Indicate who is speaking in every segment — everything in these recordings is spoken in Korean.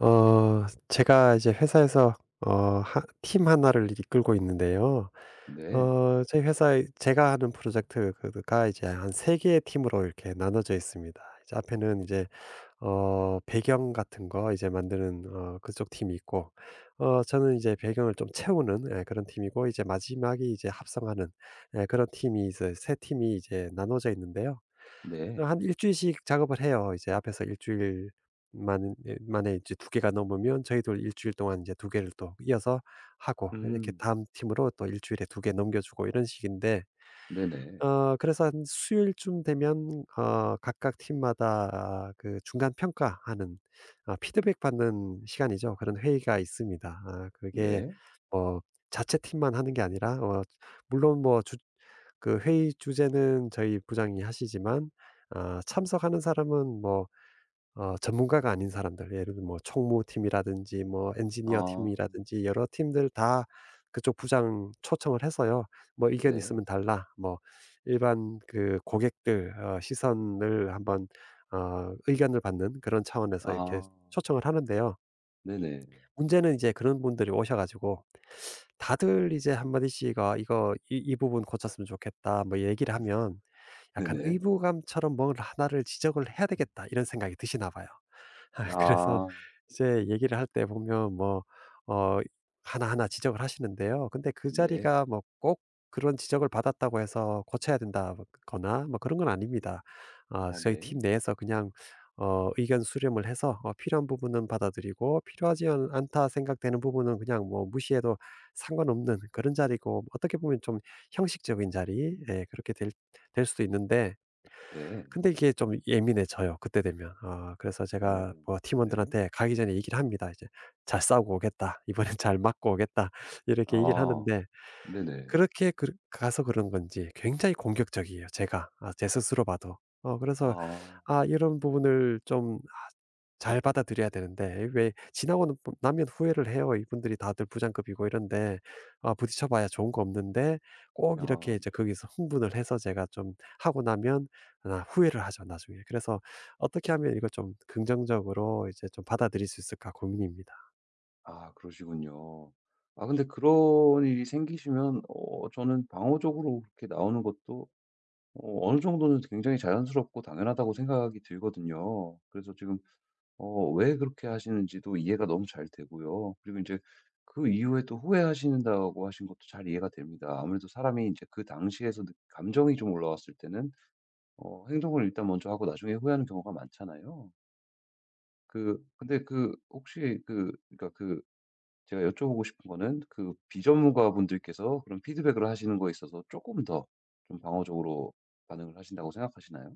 Speaker 1: 제가 이제 회사에서 어 하 팀 하나를 이끌고 있는데요.
Speaker 2: 네.
Speaker 1: 어 저희 회사에 제가 하는 프로젝트 그 가 이제 한 3 개의 팀으로 이렇게 나눠져 있습니다. 이제 앞에는 이제 배경 같은 거 이제 만드는 그쪽 팀이 있고, 저는 이제 배경을 좀 채우는, 예, 그런 팀이고, 이제 마지막이 이제 합성하는, 예, 그런 팀이, 이제 세 팀이 이제 나눠져 있는데요.
Speaker 2: 네.
Speaker 1: 한 일 주일씩 작업을 해요. 이제 앞에서 일 주일 만 예 만에 이제 두 개가 넘으면 저희도 일 주일 동안 이제 두 개를 또 이어서 하고, 이렇게
Speaker 2: 음.
Speaker 1: 다음 팀으로 또 일 주일에 두 개 넘겨주고 이런 식인데,
Speaker 2: 네네.
Speaker 1: 그래서 한 수요일쯤 되면 각각 팀마다 그 중간 평가하는, 피드백 받는 시간이죠. 그런 회의가 있습니다. 아, 그게
Speaker 2: 네.
Speaker 1: 뭐 자체 팀만 하는 게 아니라, 물론 뭐 주 그 회의 주제는 저희 부장이 하시지만, 참석하는 사람은 뭐 전문가가 아닌 사람들, 예를 들면 뭐 총무팀이라든지, 뭐 엔지니어
Speaker 2: 아.
Speaker 1: 팀이라든지, 여러 팀들 다 그쪽 부장 초청을 해서요. 뭐 "의견
Speaker 2: 네.
Speaker 1: 있으면 달라." 뭐 일반 그 고객들 시선을 한번, 의견을 받는 그런 차원에서 이렇게
Speaker 2: 아.
Speaker 1: 초청을 하는데요.
Speaker 2: 네네.
Speaker 1: 문제는 이제 그런 분들이 오셔 가지고 다들 이제 한 마디씩 " 이거 이 부분 고쳤으면 좋겠다." 뭐 얘기를 하면, 약간
Speaker 2: 네네.
Speaker 1: '의무감처럼 뭘 하나를 지적을 해야 되겠다.' 이런 생각이 드시나 봐요. 그래서
Speaker 2: 아.
Speaker 1: 이제 얘기를 할 때 보면 뭐 어 하나하나 지적을 하시는데요. 근데 그
Speaker 2: 네.
Speaker 1: 자리가 뭐 꼭 그런 지적을 받았다고 해서 고쳐야 된다 거나 뭐 그런 건 아닙니다.
Speaker 2: 어
Speaker 1: 저희
Speaker 2: 네.
Speaker 1: 팀 내에서 그냥 의견 수렴을 해서 필요한 부분은 받아들이고 필요하지 않 않다 생각되는 부분은 그냥 뭐 무시해도 상관없는 그런 자리고, 어떻게 보면 좀 형식적인 자리, 예, 그렇게 될 수도 있는데,
Speaker 2: 네.
Speaker 1: 근데 이게 좀 예민해져요, 그때 되면. 그래서 제가
Speaker 2: 어
Speaker 1: 뭐
Speaker 2: 네.
Speaker 1: 팀원들한테 가기 전에 얘기를 합니다. 이제 "잘 싸우고 오겠다. 이번엔 잘 맞고 오겠다." 이렇게 얘기를
Speaker 2: 아.
Speaker 1: 하는데,
Speaker 2: 네네.
Speaker 1: 그렇게 그 가서 그런 건지 굉장히 공격적이에요 제가. 아, 제 스스로 봐도. 그래서
Speaker 2: 아.
Speaker 1: 이런 부분을 좀, 아, 잘 받아들여야 되는데, 왜 지나고 는 나면 후회를 해요. 이분들이 다들 부장급이고 이런데, 아, 부딪혀 봐야 좋은 거 없는데 꼭
Speaker 2: 아.
Speaker 1: 이렇게 이제 거기서 흥분을 해서 제가 좀 하고 나면, 아, 후회를 하죠 나중에. 그래서 어떻게 하면 이걸 좀 긍정적으로 이제 좀 받아들일 수 있을까 고민입니다.
Speaker 2: 아 그러시군요. 아 근데 그런 일이 생기시면 저는 방어적으로 그렇게 나오는 것도 어느 정도는 굉장히 자연스럽고 당연하다고 생각이 들거든요. 그래서 지금 왜 그렇게 하시는지도 이해가 너무 잘 되고요. 그리고 이제 그 이후에 또 후회하신다고 하신 것도 잘 이해가 됩니다. 아무래도 사람이 이제 그 당시에서 느 감정이 좀 올라왔을 때는 행동을 일단 먼저 하고 나중에 후회하는 경우가 많잖아요. 그 근데 그 혹시 그 그러니까 제가 여쭤보고 싶은 거는 그 비전문가분들께서 그런 피드백을 하시는 거에 있어서 조금 더 좀 방어적으로 반응을 하신다고 생각하시나요?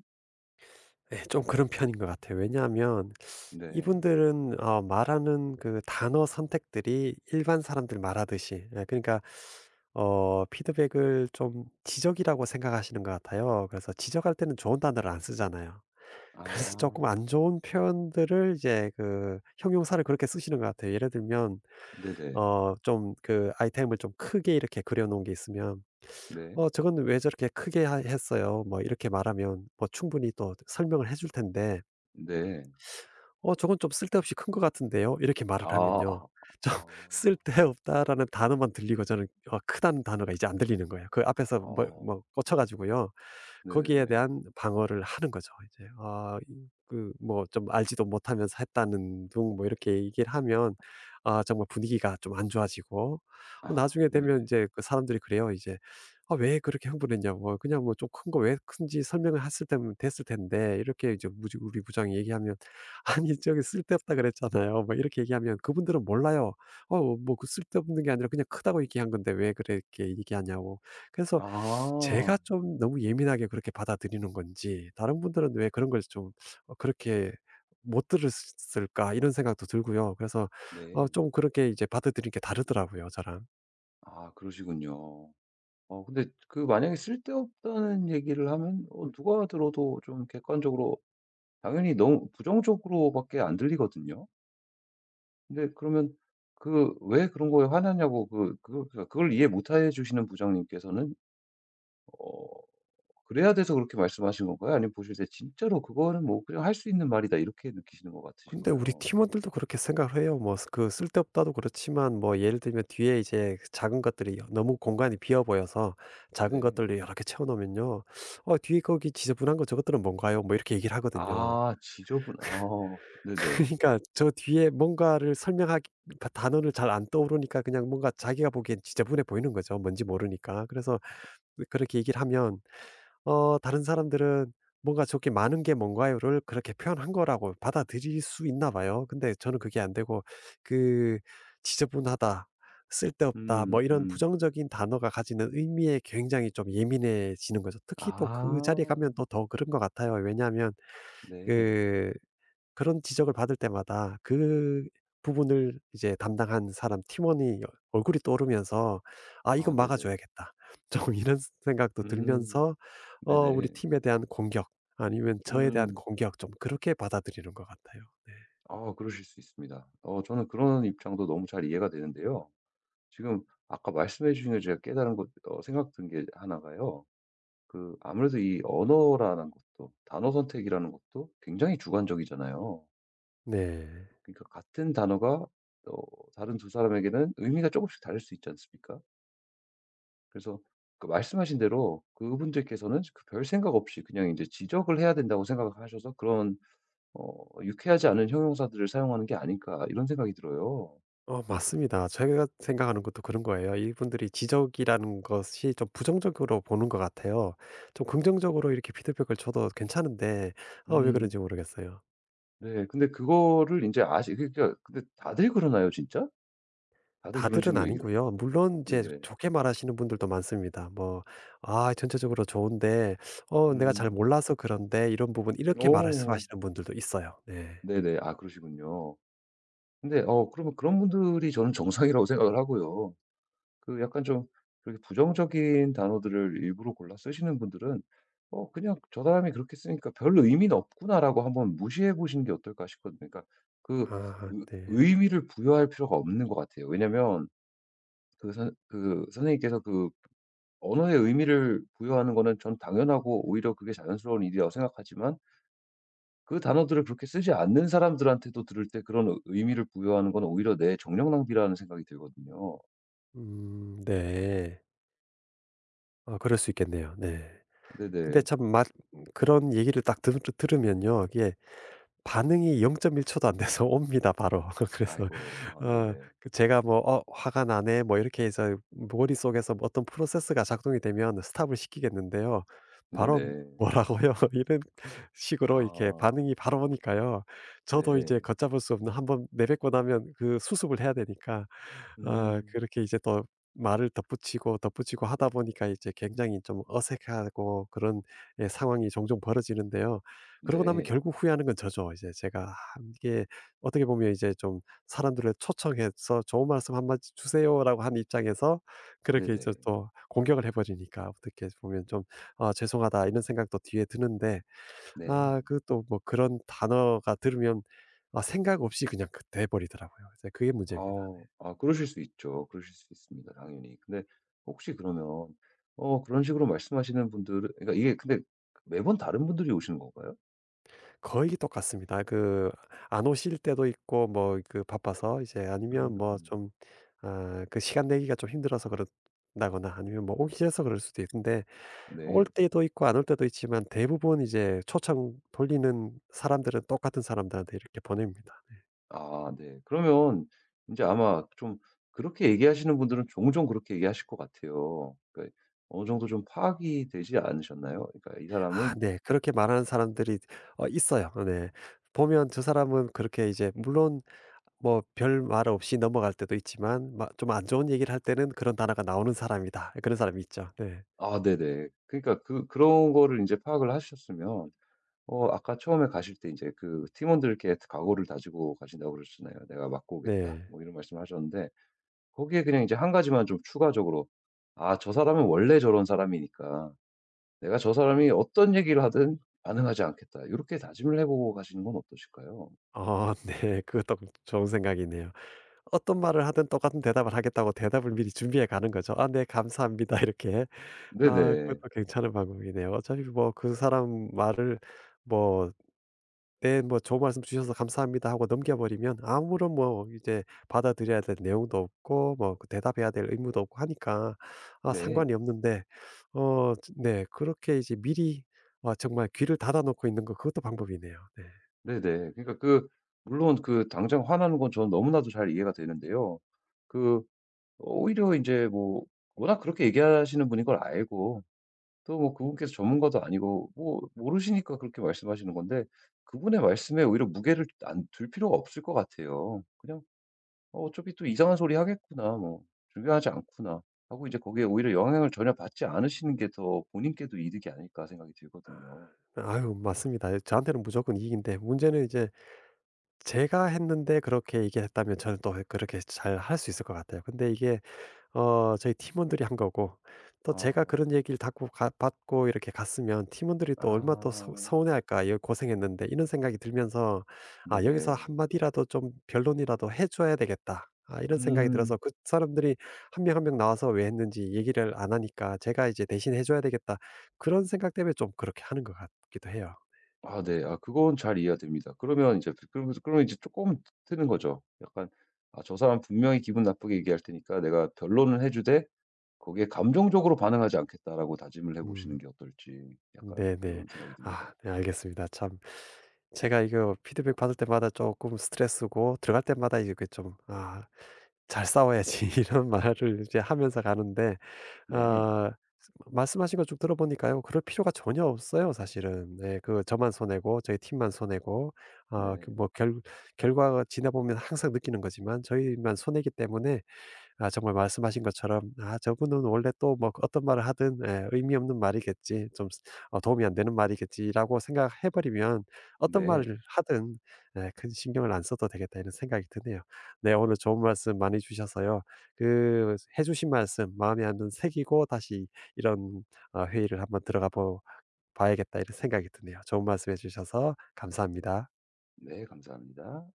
Speaker 1: 네, 좀 그런 편인 것 같아요. 왜냐하면
Speaker 2: 네.
Speaker 1: 이분들은 말하는 그 단어 선택들이 일반 사람들 말하듯이, 예, 그러니까 피드백을 좀 지적이라고 생각하시는 것 같아요. 그래서 지적할 때는 좋은 단어를 안 쓰잖아요. 그래서
Speaker 2: 아.
Speaker 1: 조금 안 좋은 표현들을 이제 그 형용사를 그렇게 쓰시는 것 같아요. 예를 들면
Speaker 2: 네네.
Speaker 1: 좀 그 아이템을 좀 크게 이렇게 그려 놓은 게 있으면,
Speaker 2: 네.
Speaker 1: " 저건 왜 저렇게 크게 하 했어요?" 뭐 이렇게 말하면 뭐 충분히 또 설명을 해줄 텐데,
Speaker 2: 네.
Speaker 1: "어 저건 좀 쓸데없이 큰 것 같은데요." 이렇게 말을
Speaker 2: 아.
Speaker 1: 하면요,
Speaker 2: 아
Speaker 1: 좀
Speaker 2: 아.
Speaker 1: "쓸데없다."라는 단어만 들리고, 저는 크다는 단어가 이제 안 들리는 거예요. 그 앞에서
Speaker 2: 어.
Speaker 1: 꽂혀 가지고요. 거기에
Speaker 2: 네네.
Speaker 1: 대한 방어를 하는 거죠, 이제. 아, 그 뭐 좀 알지도 못하면서 했다는 둥 뭐 이렇게 얘기를 하면, 아, 정말 분위기가 좀 안 좋아지고,
Speaker 2: 아
Speaker 1: 나중에 되면 이
Speaker 2: 네네.
Speaker 1: 제 그 사람들이 그래요. 이제 "아 왜 그렇게 흥분했냐고. 그냥 뭐 좀 큰 거 왜 큰지 설명을 했을 때면 됐을 텐데." 이렇게 이제 무지 우리 부장이 얘기하면, "아니 저기 쓸데없다 그랬잖아요." 뭐 이렇게 얘기하면 그분들은 몰라요. "어 뭐 그 쓸데없는 게 아니라 그냥 크다고 얘기한 건데 왜 그렇게 얘기하냐."고. 그래서
Speaker 2: 아.
Speaker 1: 제가 좀 너무 예민하게 그렇게 받아들이는 건지, 다른 분들은 왜 그런 걸 좀 그렇게 못 들었을까 이런 생각도 들고요. 그래서
Speaker 2: 네.
Speaker 1: 좀 그렇게 이제 받아들이는 게 다르더라고요, 저랑.
Speaker 2: 아 그러시군요. 근데 그 만약에 쓸데없다는 얘기를 하면 누가 들어도 좀 객관적으로 당연히 너무 부정적으로 밖에 안 들리거든요. 근데 그러면 그 왜 그런 거에 화나냐고 그걸 이해 못해 주시는 부장님께서는 어 그래야 돼서 그렇게 말씀하신 건가요? 아니면 보실 때 '진짜로 그거는 뭐 그냥 할 수 있는 말이다.' 이렇게 느끼시는 것
Speaker 1: 근데 우리
Speaker 2: 같으신가요?
Speaker 1: 팀원들도 그렇게 생각을 해요. 뭐 그 쓸데없다도 그렇지만, 뭐 예를 들면 뒤에 이제 작은 것들이 너무 공간이 비어 보여서 작은
Speaker 2: 네.
Speaker 1: 것들을 여러 개 채워 놓으면요, "어 뒤에 거기 지저분한 거 저것들은 뭔가요?" 뭐 이렇게 얘기를 하거든요.
Speaker 2: 아 지저분 아 네네.
Speaker 1: 그러니까 저 뒤에 뭔가를 설명하기 다 단어를 잘 안 떠오르니까 그냥 뭔가 자기가 보기엔 지저분해 보이는 거죠, 뭔지 모르니까. 그래서 그렇게 얘기를 하면 다른 사람들은 뭔가 "저게 많은 게 뭔가요?"를 그렇게 표현한 거라고 받아들일 수 있나 봐요. 근데 저는 그게 안 되고, 그 "지저분하다. 쓸데없다."
Speaker 2: 음
Speaker 1: 뭐 이런
Speaker 2: 음.
Speaker 1: 부정적인 단어가 가지는 의미에 굉장히 좀 예민해지는 거죠. 특히 또
Speaker 2: 아
Speaker 1: 그 자리에 가면 또 더 그런 것 같아요. 왜냐하면
Speaker 2: 네.
Speaker 1: 그 그런 지적을 받을 때마다 그 부분을 이제 담당한 사람 팀원이 얼굴이 떠오르면서 '아
Speaker 2: 아
Speaker 1: 이건 막아
Speaker 2: 네네.
Speaker 1: 줘야겠다.' 좀 이런 생각도
Speaker 2: 음
Speaker 1: 들면서 우리
Speaker 2: 네네.
Speaker 1: 팀에 대한 공격, 아니면 저에 대한
Speaker 2: 음.
Speaker 1: 공격, 좀 그렇게 받아들이는 것 같아요. 네.
Speaker 2: 아 그러실 수 있습니다. 저는 그런 입장도 너무 잘 이해가 되는데요. 지금 아까 말씀해 주신 걸 제가 깨달은 것 생각 든 게 하나가요. 그 아무래도 이 언어라는 것도 단어 선택이라는 것도 굉장히 주관적이잖아요.
Speaker 1: 네.
Speaker 2: 그러니까 같은 단어가 다른 두 사람에게는 의미가 조금씩 다를 수 있지 않습니까? 그래서 그 말씀하신 대로 그분들께서는 그별 생각 없이 그냥 이제 지적을 해야 된다고 생각하셔서 그런 어 유쾌하지 않은 형용사들을 사용하는 게 아닐까 이런 생각이 들어요.
Speaker 1: 어, 맞습니다. 제가 생각하는 것도 그런 거예요. 이분들이 지적이라는 것이 좀 부정적으로 보는 것 같아요. 좀 긍정적으로 이렇게 피드백을 줘도 괜찮은데, 어, 왜 그런지
Speaker 2: 음.
Speaker 1: 모르겠어요.
Speaker 2: 네. 근데 그거를 이제 아시 그러니까 근데 다들 그러나요 진짜? 다들 그런
Speaker 1: 다들은
Speaker 2: 식으로 얘기를
Speaker 1: 아니고요. 물론 이제
Speaker 2: 네네.
Speaker 1: 좋게 말하시는 분들도 많습니다. 뭐 "아 전체적으로 좋은데 어 내가 잘
Speaker 2: 음.
Speaker 1: 몰라서 그런데 이런 부분." 이렇게
Speaker 2: 오
Speaker 1: 말씀하시는 분들도 있어요. 네.
Speaker 2: 네네. 아 그러시군요. 근데 그러면 그런 분들이 저는 정상이라고 생각을 하고요. 그 약간 좀 그렇게 부정적인 단어들을 일부러 골라 쓰시는 분들은 '어 그냥 저 사람이 그렇게 쓰니까 별 의미는 없구나.'라고 한번 무시해 보시는 게 어떨까 싶거든요. 그러니까 그
Speaker 1: 아
Speaker 2: 의
Speaker 1: 네.
Speaker 2: 의미를 부여할 필요가 없는 것 같아요. 왜냐면 그 선 그 선생님께서 그 언어의 의미를 부여하는 거는 전 당연하고 오히려 그게 자연스러운 일이라고 생각하지만 그 단어들을 그렇게 쓰지 않는 사람들한테도 들을 때 그런 의 의미를 부여하는 건 오히려 내 정력 낭비라는 생각이 들거든요.
Speaker 1: 네. 아 그럴 수 있겠네요. 네. 근데
Speaker 2: 네네.
Speaker 1: 참 막 그런 얘기를 딱 들 들으면요, 이게 반응이 0.1 초도 안 돼서 옵니다 바로. 그래서
Speaker 2: 아이고. 아
Speaker 1: 어
Speaker 2: 네네.
Speaker 1: 그 제가 뭐 '어 화가 나네.' 뭐 이렇게 해서 머릿속에서 뭐 어떤 프로세스가 작동이 되면 스탑을 시키겠는데요, 바로
Speaker 2: 네네.
Speaker 1: "뭐라고요?" 이런 식으로 이렇게
Speaker 2: 아
Speaker 1: 반응이 바로 오니까요. 저도
Speaker 2: 네.
Speaker 1: 이제 걷잡을 수 없는, 한 번 내뱉고 나면 그 수습을 해야 되니까,
Speaker 2: 음
Speaker 1: 그렇게 이제 또 말을 덧붙이고 덧붙이고 하다 보니까 이제 굉장히 좀 어색하고 그런, 예, 상황이 종종 벌어지는데요. 그러고 나면
Speaker 2: 네.
Speaker 1: 결국 후회하는 건 저죠, 이제 제가. 아, 이게 어떻게 보면 이제 좀 사람들을 초청해서 "좋은 말씀 한 마디 주세요."라고 한 입장에서 그렇게 이제
Speaker 2: 네네.
Speaker 1: 또 공격을 해 버리니까 어떻게 보면 좀 '아 죄송하다.' 이런 생각도 뒤에 드는데,
Speaker 2: 네.
Speaker 1: 아, 그 또 뭐 그런 단어가 들으면, 아, 생각 없이 그냥 그 돼 버리더라고요. 이제 그게
Speaker 2: 아
Speaker 1: 문제입니다.
Speaker 2: 아 그러실 수 있죠. 그러실 수 있습니다 당연히. 근데 혹시 그러면 그런 식으로 말씀하시는 분들은 그러니까 이게 근데 매번 다른 분들이 오시는 건가요?
Speaker 1: 거의 똑같습니다. 그 안 오실 때도 있고, 뭐 그 바빠서 이제, 아니면
Speaker 2: 음
Speaker 1: 뭐
Speaker 2: 음.
Speaker 1: 좀 아 그 시간 내기가 좀 힘들어서 그런다거나, 아니면 뭐 오기 싫어서 그럴 수도 있는데, 올
Speaker 2: 네.
Speaker 1: 때도 있고 안 올 때도 있지만, 대부분 이제 초청 돌리는 사람들은 똑같은 사람들한테 이렇게 보냅니다.
Speaker 2: 아 네. 그러면 이제 아마 좀 그렇게 얘기하시는 분들은 종종 그렇게 얘기하실 것 같아요. 그러니까 어느 정도 좀 파악이 되지 않으셨나요? 그러니까 '이
Speaker 1: 아
Speaker 2: 사람은
Speaker 1: 네. 그렇게 말하는 사람들이 있어요. 네. 보면 저 사람은 그렇게 이제, 물론 뭐 별말 없이 넘어갈 때도 있지만, 좀 안 좋은 얘기를 할 때는 그런 단어가 나오는 사람이다. 그런 사람이 있죠. 네.
Speaker 2: 아 네네. 그러니까 그런 거를 이제 파악을 하셨으면 아까 처음에 가실 때 이제 그 팀원들께 각오를 다지고 가신다고 그러셨잖아요. "내가 맡고 오겠다."
Speaker 1: 네.
Speaker 2: 뭐 이런 말씀을 하셨는데 거기에 그냥 이제 한 가지만 좀 추가적으로 '아 저 사람은 원래 저런 사람이니까 내가 저 사람이 어떤 얘기를 하든 반응하지 않겠다.' 이렇게 다짐을 해 보고 가시는 건 어떠실까요?
Speaker 1: 아 네. 그것도 좋은 생각이네요. 어떤 말을 하든 똑같은 대답을 하겠다고 대답을 미리 준비해 가는 거죠. "아 네 감사합니다." 이렇게. 아
Speaker 2: 네네.
Speaker 1: 그것도 괜찮은 방법이네요. 어차피 뭐 그 사람 말을 뭐 "네 뭐 좋은 말씀 주셔서 감사합니다." 하고 넘겨 버리면 아무런 뭐 이제 받아들여야 될 내용도 없고 뭐그 대답해야 될 의무도 없고 하니까 아
Speaker 2: 네.
Speaker 1: 상관이 없는데, 네 그렇게 이제 미리, 아, 정말 귀를 닫아 놓고 있는 거, 그것도 방법이네요. 네.
Speaker 2: 네네. 그러니까 그 물론 그 당장 화나는 건 저는 너무나도 잘 이해가 되는데요. 그 오히려 이제 뭐 워낙 그렇게 얘기하시는 분인 걸 알고 또 뭐 그분께서 전문가도 아니고 뭐 모르시니까 그렇게 말씀하시는 건데 그분의 말씀에 오히려 무게를 안 둘 필요가 없을 것 같아요. 그냥 '어 어차피 또 이상한 소리 하겠구나. 뭐 중요하지 않구나.' 하고 이제 거기에 오히려 영향을 전혀 받지 않으시는 게 더 본인께도 이득이 아닐까 생각이 들거든요.
Speaker 1: 아유 맞습니다. 저한테는 무조건 이익인데, 문제는 이제 제가 했는데 그렇게 얘기했다면 저는 또 그렇게 잘 할 수 있을 것 같아요. 근데 이게 저희 팀원들이 한 거고, 또 제가 그런
Speaker 2: 아.
Speaker 1: 얘기를 받고 받고 이렇게 갔으면 팀원들이 또 얼마 또
Speaker 2: 아.
Speaker 1: 서운해할까 이 고생했는데 이런 생각이 들면서 아 여기서
Speaker 2: 네네.
Speaker 1: 한마디라도 좀 변론이라도 해줘야 되겠다. 아, 이런 생각이
Speaker 2: 음.
Speaker 1: 들어서 그 사람들이 한 명 한 명 나와서 왜 했는지 얘기를 안 하니까 제가 이제 대신 해줘야 되겠다. 그런 생각 때문에 좀 그렇게 하는 것 같기도 해요.
Speaker 2: 아 네. 아 그건 잘 이해가 됩니다. 그러면 이제 그러면서 그러면 이제 조금 트는 거죠. 약간 '아 저 사람 분명히 기분 나쁘게 얘기할 테니까 내가 변론을 해 주되 거기에 감정적으로 반응하지 않겠다.'라고 다짐을 해
Speaker 1: 음.
Speaker 2: 보시는 게 어떨지 약간
Speaker 1: 네네.
Speaker 2: 그런 생각이 듭니다.
Speaker 1: 아 네 알겠습니다. 참 제가 이거 피드백 받을 때마다 조금 스트레스고, 들어갈 때마다 이렇게 좀 '아 잘 싸워야지.' 이런 말을 이제 하면서 가는데,
Speaker 2: 네.
Speaker 1: 아, 말씀하신 거 쭉 들어보니까요, 그럴 필요가 전혀 없어요 사실은. 네 그 저만 손해고 저희 팀만 손해고 그
Speaker 2: 네.
Speaker 1: 뭐 결 결과가 지나 보면 항상 느끼는 거지만 저희만 손해이기 때문에, 아, 정말 말씀하신 것처럼 '아 저분은 원래 또 뭐 어떤 말을 하든, 예, 의미 없는 말이겠지. 좀 쓰 어 도움이 안 되는 말이겠지.'라고 생각해 버리면 어떤
Speaker 2: 네.
Speaker 1: 말을 하든, 예, '큰 신경을 안 써도 되겠다.' 이런 생각이 드네요. 네 오늘 좋은 말씀 많이 주셔서요. 그 해 주신 말씀 마음에 한번 새기고 다시 이런 회의를 한번 들어가 보 봐야겠다 이런 생각이 드네요. 좋은 말씀 해 주셔서 감사합니다.
Speaker 2: 네. 감사합니다.